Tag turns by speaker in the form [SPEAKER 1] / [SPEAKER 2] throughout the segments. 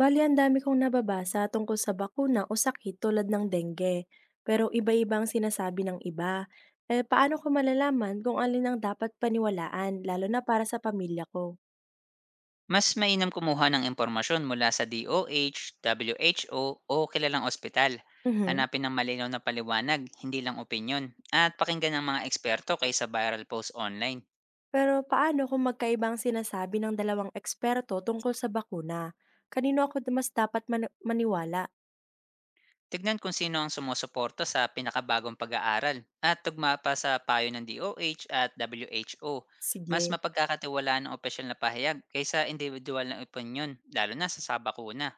[SPEAKER 1] Bale ang dami kong nababasa tungkol sa bakuna o sakit tulad ng dengue, pero iba-iba ang sinasabi ng iba. Eh paano ko malalaman kung alin ang dapat paniwalaan, lalo na para sa pamilya ko?
[SPEAKER 2] Mas mainam kumuha ng impormasyon mula sa DOH, WHO o o kilalang ospital.
[SPEAKER 1] Mhm.
[SPEAKER 2] Hanapin ng malinaw na paliwanag, hindi lang opinyon, at pakinggan ng mga eksperto kaysa viral post online.
[SPEAKER 1] Pero paano kung magkaiba ang sinasabi ng dalawang eksperto tungkol sa bakuna? Kanino ako mas dapat maniwala?
[SPEAKER 2] Tignan kung sino ang sumusuporta sa pinakabagong pag-aaral at tugma pa sa payo ng DOH at WHO. Mas
[SPEAKER 1] Sige.
[SPEAKER 2] mapagkakatiwalaan ang opisyal na pahayag kaysa individual na opinyon, lalo na sa sabakuna.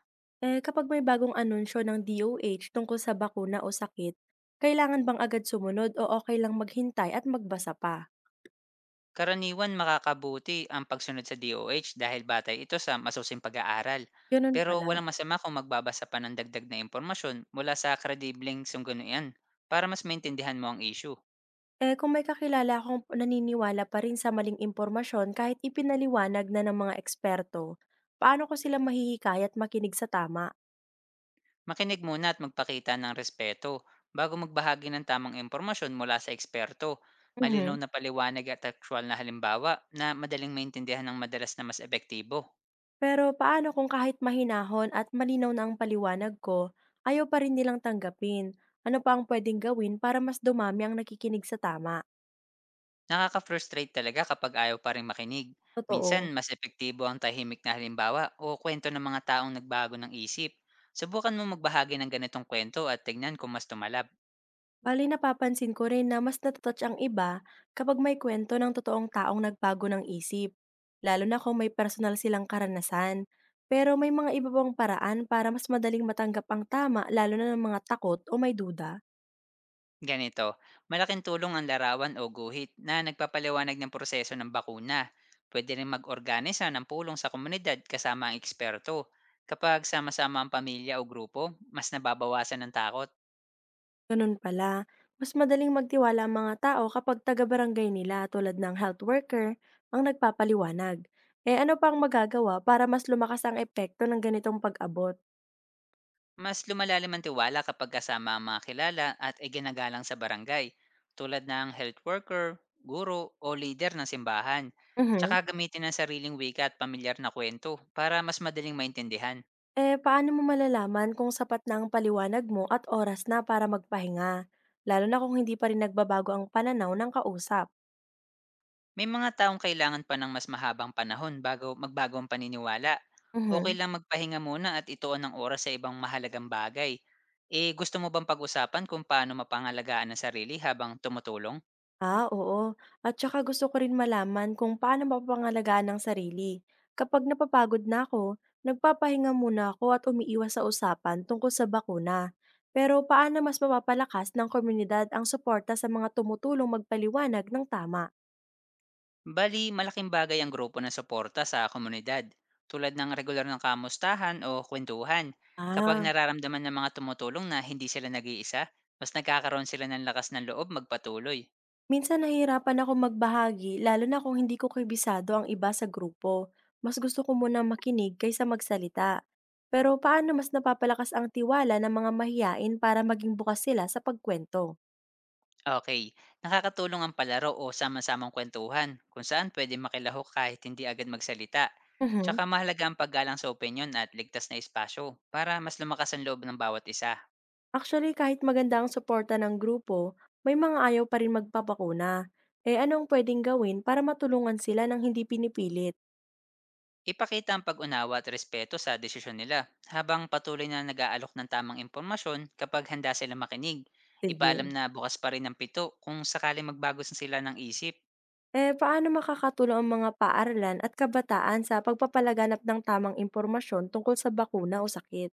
[SPEAKER 1] Eh kapag may bagong anunsyo ng DOH tungkol sa bakuna o sakit, kailangan bang agad sumunod o okay lang maghintay at magbasa pa?
[SPEAKER 2] Karaniwan makakabuti ang pagsunod sa DOH dahil batay ito sa masusing pag-aaral.
[SPEAKER 1] Ganun
[SPEAKER 2] Pero
[SPEAKER 1] pala.
[SPEAKER 2] walang masama kung magbabasa pa ng dagdag na impormasyon mula sa kredibleng sunggunian para mas maintindihan mo ang issue.
[SPEAKER 1] Eh, kung may kakilala akong naniniwala pa rin sa maling impormasyon kahit ipinaliwanag na ng mga eksperto, paano ko sila mahihikayat makinig sa tama?
[SPEAKER 2] Makinig muna at magpakita ng respeto bago magbahagi ng tamang impormasyon mula sa eksperto. Malinaw
[SPEAKER 1] Mhm.
[SPEAKER 2] na paliwanag at actual na halimbawa na madaling maintindihan ng madalas na mas epektibo.
[SPEAKER 1] Pero paano kung kahit mahinahon at malinaw na ang paliwanag ko, ayaw pa rin nilang tanggapin? Ano pa ang pwedeng gawin para mas dumami ang nakikinig sa tama?
[SPEAKER 2] Nakaka-frustrate talaga kapag ayaw pa ring makinig. Minsan,
[SPEAKER 1] Totoo.
[SPEAKER 2] mas epektibo ang tahimik na halimbawa o kwento ng mga taong nagbago ng isip. Subukan mo magbahagi ng ganitong kwento at tignan kung mas tumalab.
[SPEAKER 1] Bali napapansin ko rin na mas nata ang iba kapag may kwento ng totoong taong nagbago ng isip, lalo na kung may personal silang karanasan. Pero may mga iba bang paraan para mas madaling matanggap ang tama lalo na ng mga takot o may duda?
[SPEAKER 2] Ganito, malaking tulong ang larawan o guhit na nagpapaliwanag ng proseso ng bakuna. Pwede rin mag-organisa ng pulong sa komunidad kasama ang eksperto. Kapag sama-sama ang pamilya o grupo, mas nababawasan ng takot.
[SPEAKER 1] Ganun pala, mas madaling magtiwala ang mga tao kapag taga-barangay nila tulad ng health worker ang nagpapaliwanag. Eh ano pang magagawa para mas lumakas ang epekto ng ganitong pag-abot?
[SPEAKER 2] Mas lumalalim ang tiwala kapag kasama ang mga kilala at iginagalang sa barangay, tulad ng health worker, guro o leader ng simbahan. Tsaka
[SPEAKER 1] Mhm.
[SPEAKER 2] gamitin ang sariling wika at pamilyar na kwento para mas madaling maintindihan.
[SPEAKER 1] Eh, paano mo malalaman kung sapat na ang paliwanag mo at oras na para magpahinga? Lalo na kung hindi pa rin nagbabago ang pananaw ng kausap.
[SPEAKER 2] May mga taong kailangan pa ng mas mahabang panahon bago magbago ang paniniwala. Okay
[SPEAKER 1] Mhm.
[SPEAKER 2] lang magpahinga muna at ituon ng oras sa ibang mahalagang bagay. Eh gusto mo bang pag-usapan kung paano mapangalagaan ang sarili habang tumutulong?
[SPEAKER 1] Ah, oo. At saka gusto ko rin malaman kung paano mapapangalagaan ng sarili. Kapag napapagod na ako, nagpapahinga muna ako at umiiwas sa usapan tungkol sa bakuna. Pero paano mas mapapalakas ng komunidad ang suporta sa mga tumutulong magpaliwanag ng tama?
[SPEAKER 2] Bali, malaking bagay ang grupo ng suporta sa komunidad, tulad ng regular ng kamustahan o kwentuhan. Kapag
[SPEAKER 1] Ah.
[SPEAKER 2] nararamdaman ng mga tumutulong na hindi sila nag-iisa, mas nagkakaroon sila ng lakas ng loob magpatuloy.
[SPEAKER 1] Minsan nahihirapan ako magbahagi lalo na kung hindi ko kabisado ang iba sa grupo. Mas gusto ko munang makinig kaysa magsalita. Pero paano mas napapalakas ang tiwala ng mga mahiyain para maging bukas sila sa pagkwento?
[SPEAKER 2] Okay, nakakatulong ang palaro o sama-samang kwentuhan, kung saan pwede makilahok kahit hindi agad magsalita.
[SPEAKER 1] Mhm.
[SPEAKER 2] Tsaka mahalaga ang paggalang sa opinyon at ligtas na espasyo para mas lumakas ang loob ng bawat isa.
[SPEAKER 1] Actually, kahit maganda ang suporta ng grupo, may mga ayaw pa rin magpapakuna. Eh anong pwedeng gawin para matulungan sila ng hindi pinipilit?
[SPEAKER 2] Ipakita ang pag-unawa at respeto sa desisyon nila habang patuloy na nag-aalok ng tamang impormasyon kapag handa sila makinig. Ipaalam
[SPEAKER 1] Sige.
[SPEAKER 2] na bukas pa rin ang pito kung sakaling magbago sa sila ng isip.
[SPEAKER 1] Eh paano makakatulong ang mga paaralan at kabataan sa pagpapalaganap ng tamang impormasyon tungkol sa bakuna o sakit?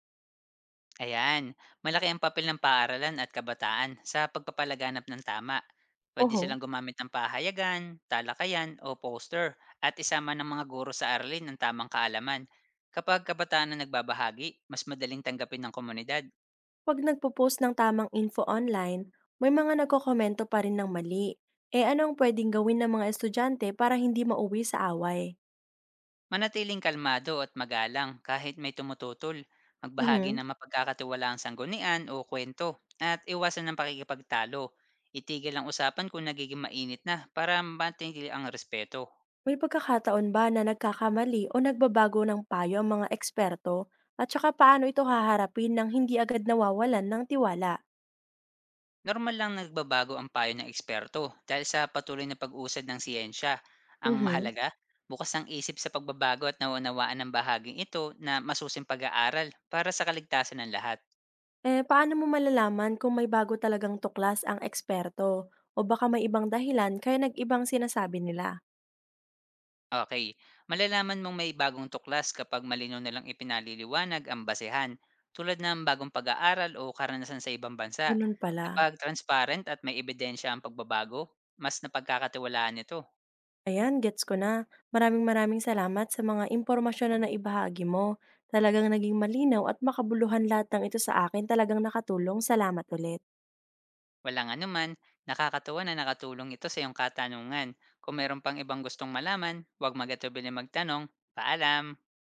[SPEAKER 2] Ayan, malaki ang papel ng paaralan at kabataan sa pagpapalaganap ng tama. Pwede
[SPEAKER 1] Oho.
[SPEAKER 2] silang gumamit ng pahayagan, talakayan o poster at isama ng mga guro sa aralin ng tamang kaalaman. Kapag kabataan na nagbabahagi, mas madaling tanggapin ng komunidad.
[SPEAKER 1] 'Pag nagpo-post ng tamang info online, may mga nagkokomento pa rin ng mali. Eh ano ang pwedeng gawin ng mga estudyante para hindi mauwi sa away?
[SPEAKER 2] Manatiling kalmado at magalang kahit may tumututol. Magbahagi
[SPEAKER 1] Mhm.
[SPEAKER 2] ng mapagkakatiwalaang sanggunian o kwento at iwasan ng pakikipagtalo. Itigil ang usapan kung nagiging mainit na para matigil ang respeto.
[SPEAKER 1] May pagkakataon ba na nagkakamali o nagbabago ng payo ang mga eksperto? At saka paano ito haharapin nang hindi agad nawawalan ng tiwala?
[SPEAKER 2] Normal lang nagbabago ang payo ng eksperto dahil sa patuloy na pag-usad ng siyensya. Ang
[SPEAKER 1] Mhm.
[SPEAKER 2] mahalaga, bukas ang isip sa pagbabago at nauunawaan ng bahaging ito na masusim pag-aaral para sa kaligtasan ng lahat.
[SPEAKER 1] Eh paano mo malalaman kung may bago talagang tuklas ang eksperto? O baka may ibang dahilan kaya nag-ibang sinasabi nila?
[SPEAKER 2] Okay, malalaman mong may bagong tuklas kapag malinaw nilang ipinaliliwanag ang basehan, tulad ng bagong pag-aaral o karanasan sa ibang bansa.
[SPEAKER 1] Ganun pala.
[SPEAKER 2] Kapag transparent at may ebidensya ang pagbabago, mas napagkakatiwalaan ito.
[SPEAKER 1] Ayan, gets ko na. Maraming maraming salamat sa mga impormasyon na naibahagi mo. Talagang naging malinaw at makabuluhan lahat ng ito sa akin. Talagang nakatulong. Salamat ulit.
[SPEAKER 2] Walang anuman, nakakatuwa na nakatulong ito sa iyong katanungan. Kung meron pang ibang gustong malaman, huwag magatubili magtanong. Paalam.